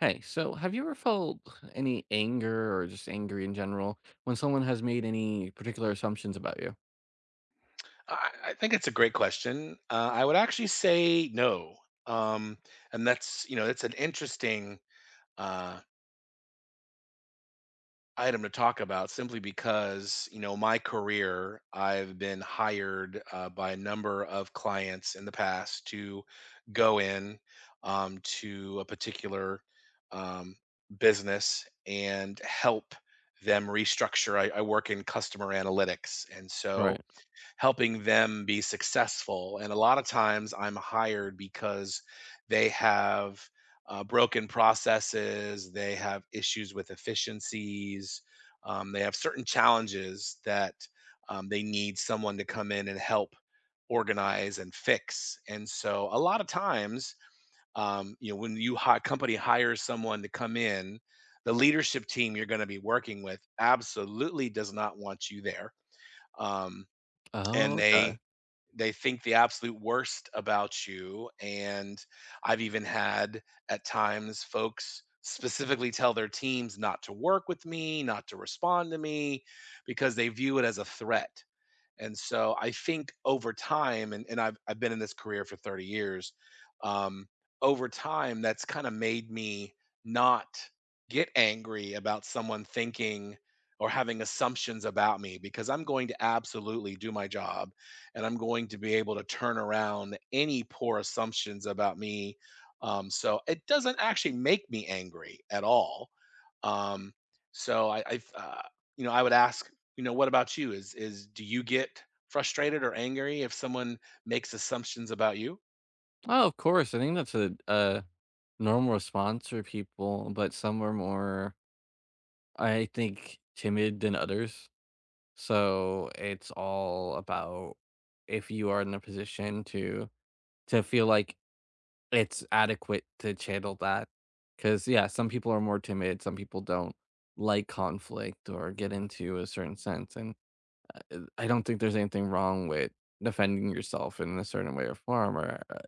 Hey, so have you ever felt any anger or just angry in general when someone has made any particular assumptions about you? I think it's a great question. I would actually say no. Um, and that's, you know, that's an interesting uh, item to talk about simply because, you know, my career, I've been hired by a number of clients in the past to go in to a particular um, business and help them restructure. I work in customer analytics. And so, Right. helping them be successful. And a lot of times I'm hired because they have broken processes, they have issues with efficiencies, they have certain challenges that they need someone to come in and help organize and fix. And so a lot of times, you know, when company hires someone to come in, the leadership team you're going to be working with absolutely does not want you there. Um, and Oh, okay. they think the absolute worst about you, and I've even had at times folks specifically tell their teams not to work with me, not to respond to me, because they view it as a threat. And so I think over time, and I've been in this career for 30 years. Um, over time, that's kind of made me not get angry about someone thinking or having assumptions about me, because I'm going to absolutely do my job and I'm going to be able to turn around any poor assumptions about me. So it doesn't actually make me angry at all. Um, so I you know, I would ask, you know, what about you? Is do you get frustrated or angry if someone makes assumptions about you? Oh, of course. I think that's a normal response for people, but some are more, I think, timid than others. So it's all about if you are in a position to feel like it's adequate to channel that, because yeah, some people are more timid, some people don't like conflict or get into a certain sense, and, I don't think there's anything wrong with defending yourself in a certain way or form,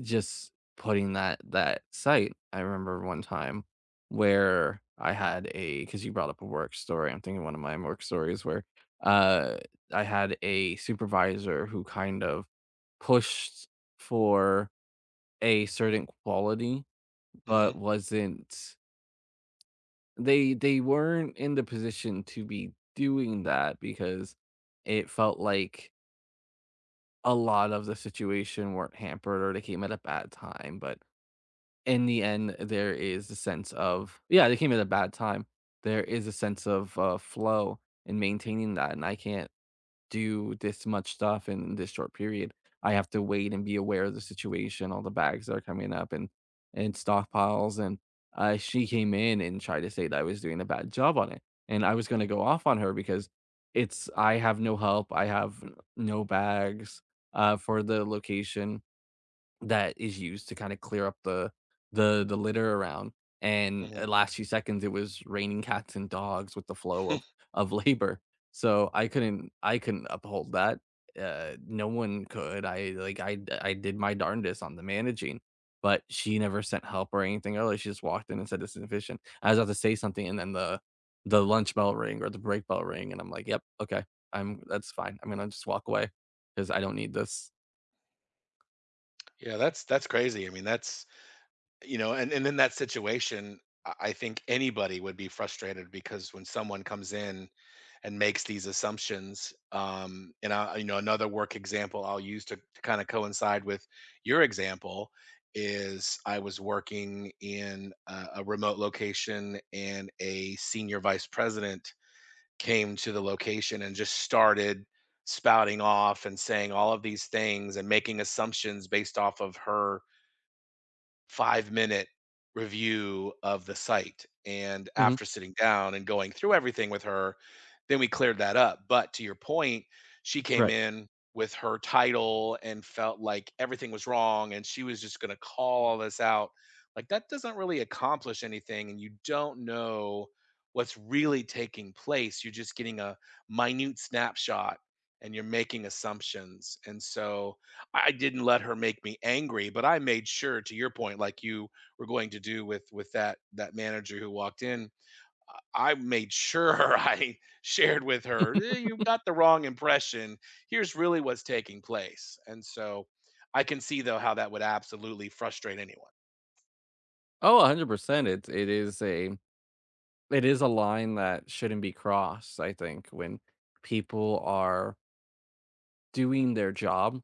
just putting that sight. I remember one time where I had a because you brought up a work story, I'm thinking one of my work stories where, uh, I had a supervisor who kind of pushed for a certain quality, hmm but wasn't, they weren't in the position to be doing that because it felt like a lot of the situation weren't hampered or they came at a bad time. But in the end, there is a sense of, yeah, they came at a bad time. There is a sense of flow in maintaining that, and I can't do this much stuff in this short period. I have to wait and be aware of the situation, all the bags that are coming up and stockpiles. And she came in and tried to say that I was doing a bad job on it. And I was going to go off on her because it's I have no help. I have no bags for the location that is used to kinda clear up the litter around, and, hmm last few seconds, it was raining cats and dogs with the flow of labor, so I couldn't uphold that, no one could. I like, I did my darndest on the managing, but she never sent help or anything early. She just walked in and said, "This is efficient." I was about to say something, and then the lunch bell ring or the break bell ring, and I'm like, "Yep, okay, I'm that's fine, I'm gonna just walk away because I don't need this." Yeah, that's crazy. I mean, that's, you know, and in that situation, I think anybody would be frustrated because when someone comes in and makes these assumptions. Um, and I, you know, another work example I'll use to kind of coincide with your example is I was working in a remote location and a senior vice president came to the location and just started spouting off and saying all of these things and making assumptions based off of her 5-minute review of the site, and Mhm. after sitting down and going through everything with her, then we cleared that up. But to your point, she came Right. in with her title and felt like everything was wrong, and she was just gonna call all this out. Like, that doesn't really accomplish anything, and you don't know what's really taking place, you're just getting a minute snapshot, and you're making assumptions. And so, I didn't let her make me angry, but I made sure, to your point, like you were going to do with that manager who walked in. I made sure I shared with her, "Eh, you got the wrong impression. Here's really what's taking place." And so I can see though how that would absolutely frustrate anyone. Oh, 100%. It is a line that shouldn't be crossed, I think, when people are doing their job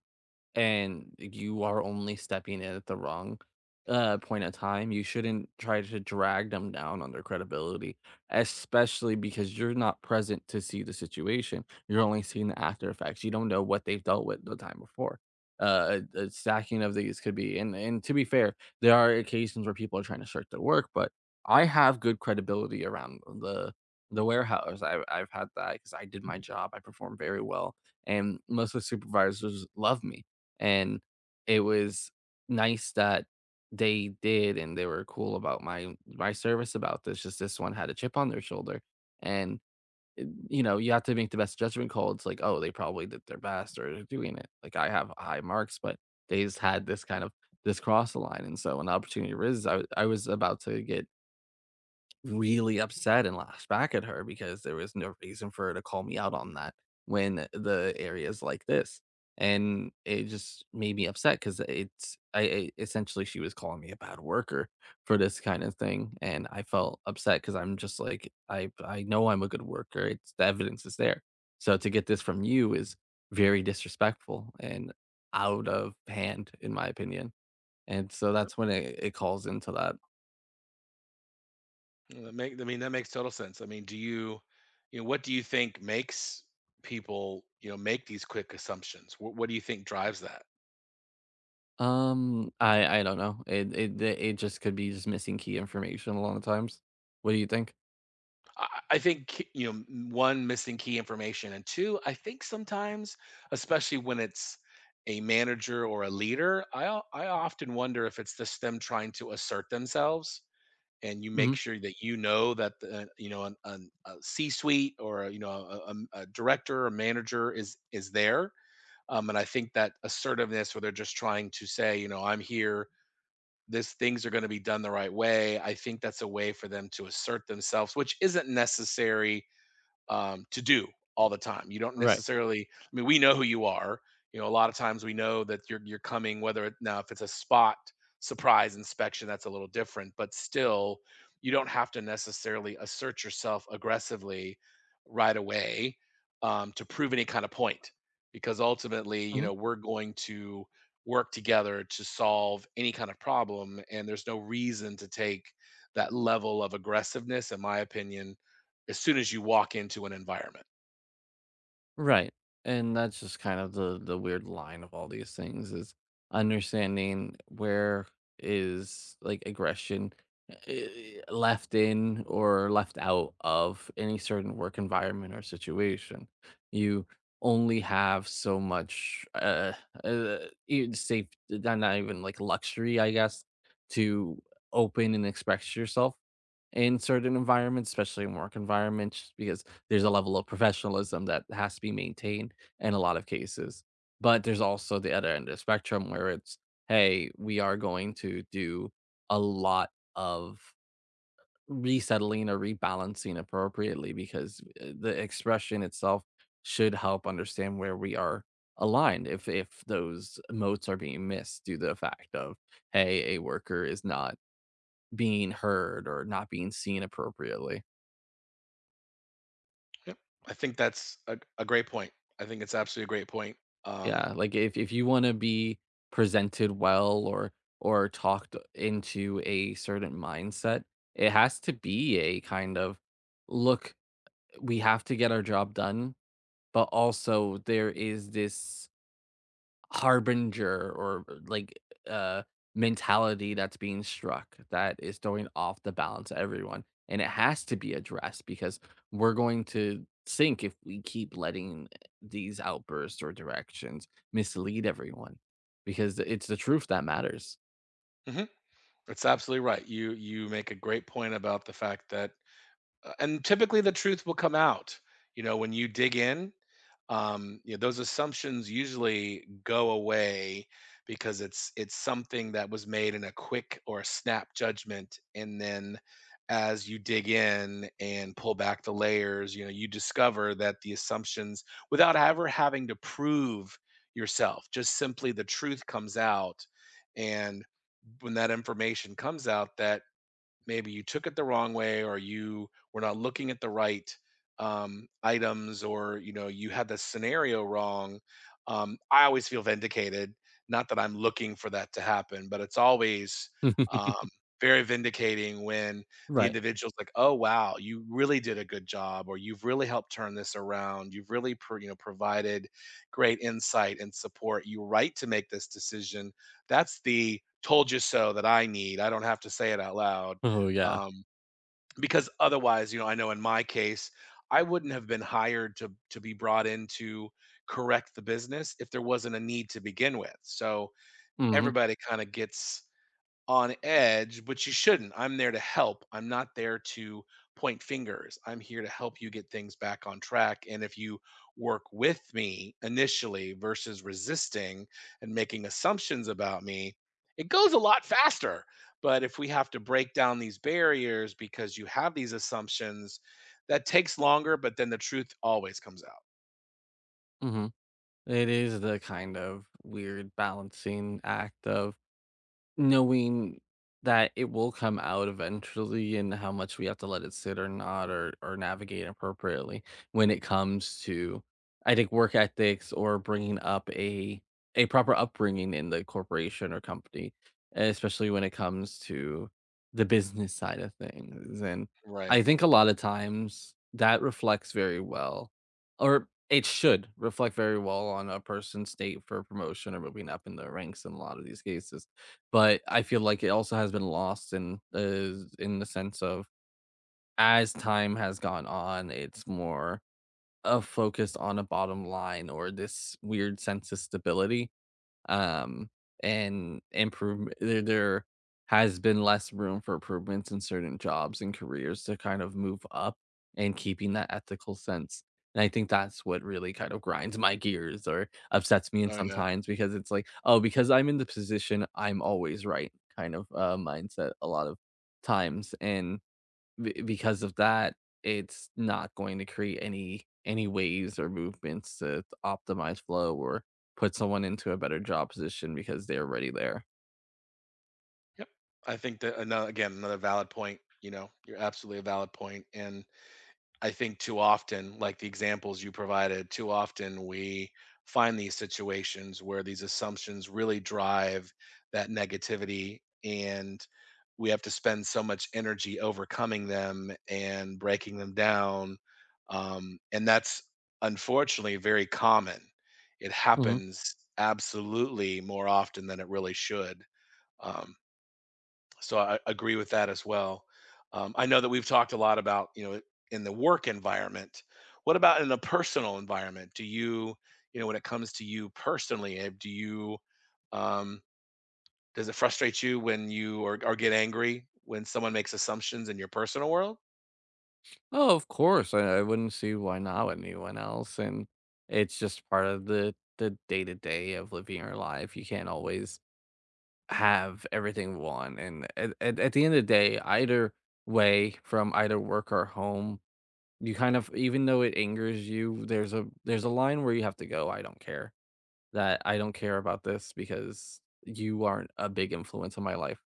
and you are only stepping in at the wrong point of time. You shouldn't try to drag them down on their credibility, especially because you're not present to see the situation. You're only seeing the after effects. You don't know what they've dealt with the time before. A stacking of these could be, and to be fair, there are occasions where people are trying to shirk their work, but I have good credibility around the warehouse. I've had that because I did my job. I performed very well, and most of the supervisors love me, and it was nice that they did, and they were cool about my service about this. Just this one had a chip on their shoulder, and, eh, you know, you have to make the best judgment call. It's like, "Oh, they probably did their best or they're doing it." Like, I have high marks, but they just had this kind of this cross the line, and so when the opportunity arises, I was about to get really upset and lashed back at her because there was no reason for her to call me out on that when the area is like this. And it just made me upset because it's I essentially she was calling me a bad worker for this kind of thing, and I felt upset because I'm just like I know I'm a good worker. It's the evidence is there. So to get this from you is very disrespectful and out of hand, in my opinion. And so that's when it calls into that. That make, I mean, that makes total sense. I mean, do you, you know, what do you think makes people, you know, make these quick assumptions? What do you think drives that? I don't know. It just could be just missing key information a lot of times. What do you think? I think, you know, one, missing key information. And two, I think sometimes, especially when it's a manager or a leader, I often wonder if it's just them trying to assert themselves. And you make Mhm. sure that you know that the, you know an, a C-suite or a, you know a director or manager is there. And I think that assertiveness, where they're just trying to say, you know, I'm here. This things are going to be done the right way. I think that's a way for them to assert themselves, which isn't necessary to do all the time. You don't Right. necessarily. I mean, we know who you are. You know, a lot of times we know that you're coming. Whether it, now if it's a spot surprise inspection, that's a little different. But still, you don't have to necessarily assert yourself aggressively right away to prove any kind of point, because ultimately, you know, Mhm. we're going to work together to solve any kind of problem, and there's no reason to take that level of aggressiveness, in my opinion, as soon as you walk into an environment. Right. And that's just kind of the weird line of all these things is understanding where is, like, aggression, left in or left out of any certain work environment or situation. You only have so much uh safe, not even like luxury, I guess, to open and express yourself in certain environments, especially in work environments, just because there's a level of professionalism that has to be maintained in a lot of cases. But there's also the other end of the spectrum where it's, hey, we are going to do a lot of resettling or rebalancing appropriately because the expression itself should help understand where we are aligned if those motes are being missed due to the fact of, hey, a worker is not being heard or not being seen appropriately. Yep. I think that's a great point. I think it's absolutely a great point. Um, Yeah, like if you want to be presented well or talked into a certain mindset, it has to be a kind of look, we have to get our job done, but also there is this harbinger or like uh mentality that's being struck that is throwing off the balance of everyone, and it has to be addressed because we're going to sink if we keep letting these outbursts or directions mislead everyone, because it's the truth that matters. mhm. That's absolutely right. You make a great point about the fact that and typically the truth will come out, you know, when you dig in. Um, you know, those assumptions usually go away because it's something that was made in a quick or a snap judgment. And then as you dig in and pull back the layers, you know, you discover that the assumptions, without ever having to prove yourself, just simply the truth comes out. And when that information comes out, that maybe you took it the wrong way or you were not looking at the right items, or you know, you had the scenario wrong. I always feel vindicated, not that I'm looking for that to happen, but it's always um, very vindicating when the Right. individual's like, "Oh wow, you really did a good job," or, "You've really helped turn this around, you've you know, provided great insight and support, you were right to make this decision." That's the told you so that I need. I don't have to say it out loud. Oh yeah. Um, because otherwise, you know, I know in my case, I wouldn't have been hired to be brought in to correct the business if there wasn't a need to begin with. So Hmm. everybody kind of gets on edge, but you shouldn't. I'm there to help. I'm not there to point fingers. I'm here to help you get things back on track. And if you work with me initially versus resisting and making assumptions about me, it goes a lot faster. But if we have to break down these barriers because you have these assumptions, that takes longer, but then the truth always comes out. Hmm. It is the kind of weird balancing act of knowing that it will come out eventually and how much we have to let it sit or not, or navigate appropriately when it comes to, I think, work ethics or bringing up a proper upbringing in the corporation or company, especially when it comes to the business side of things. And Right. I think a lot of times that reflects very well, or it should reflect very well on a person's state for promotion or moving up in the ranks in a lot of these cases, but I feel like it also has been lost in the sense of as time has gone on. It's more, focused on a bottom line or this weird sense of stability, um, and improve, there has been less room for improvements in certain jobs and careers to kind of move up and keeping that ethical sense. And I think that's what really kind of grinds my gears or upsets me in Oh yeah. sometimes, because it's like, oh, because I'm in the position, I'm always right kind of mindset a lot of times. And be because of that, it's not going to create any waves or movements to optimize flow or put someone into a better job position because they're already there. Yep. I think that another, again, another valid point. You know, you're absolutely a valid point. And I think too often, like the examples you provided, too often we find these situations where these assumptions really drive that negativity and we have to spend so much energy overcoming them and breaking them down. And that's unfortunately very common. It Mhm. happens absolutely more often than it really should. Um, so I agree with that as well. I know that we've talked a lot about, you know, in the work environment. What about in a personal environment? Do you, you know, when it comes to you personally, eh, do you, um, does it frustrate you when you or get angry when someone makes assumptions in your personal world? Oh, of course, I wouldn't see why not with anyone else, and it's just part of the day-to-day of living your life. You can't always have everything we want, and at the end of the day, either way, from either work or home, you kind of, even though it angers you, there's a line where you have to go, "I don't care. That I don't care about this because you aren't a big influence on my life."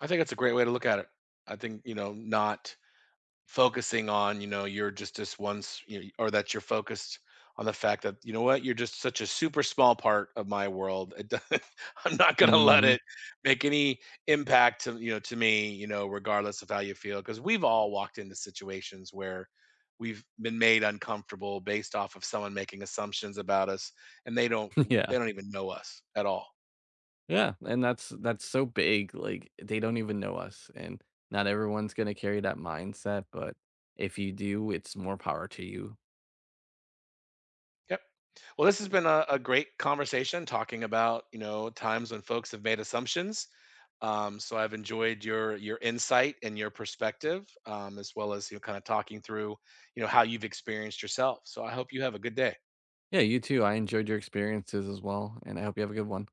I think that's a great way to look at it. I think, you know, not focusing on, you know, you're just this once, you know, or that you're focused on the fact that you know what, you're just such a super small part of my world. It doesn't, I'm not going to let Mhm. it make any impact to, you know, to me, you know, regardless of how you feel, because we've all walked into situations where we've been made uncomfortable based off of someone making assumptions about us and they don't, Yeah. they don't even know us at all. Yeah, and that's so big, like, they don't even know us, and not everyone's gonna carry that mindset, but if you do, it's more power to you. Yep. Well, this has been a great conversation talking about, you know, times when folks have made assumptions. So I've enjoyed your insight and your perspective, as well as, you know, kind of talking through, you know, how you've experienced yourself. So I hope you have a good day. Yeah, you too. I enjoyed your experiences as well, and I hope you have a good one.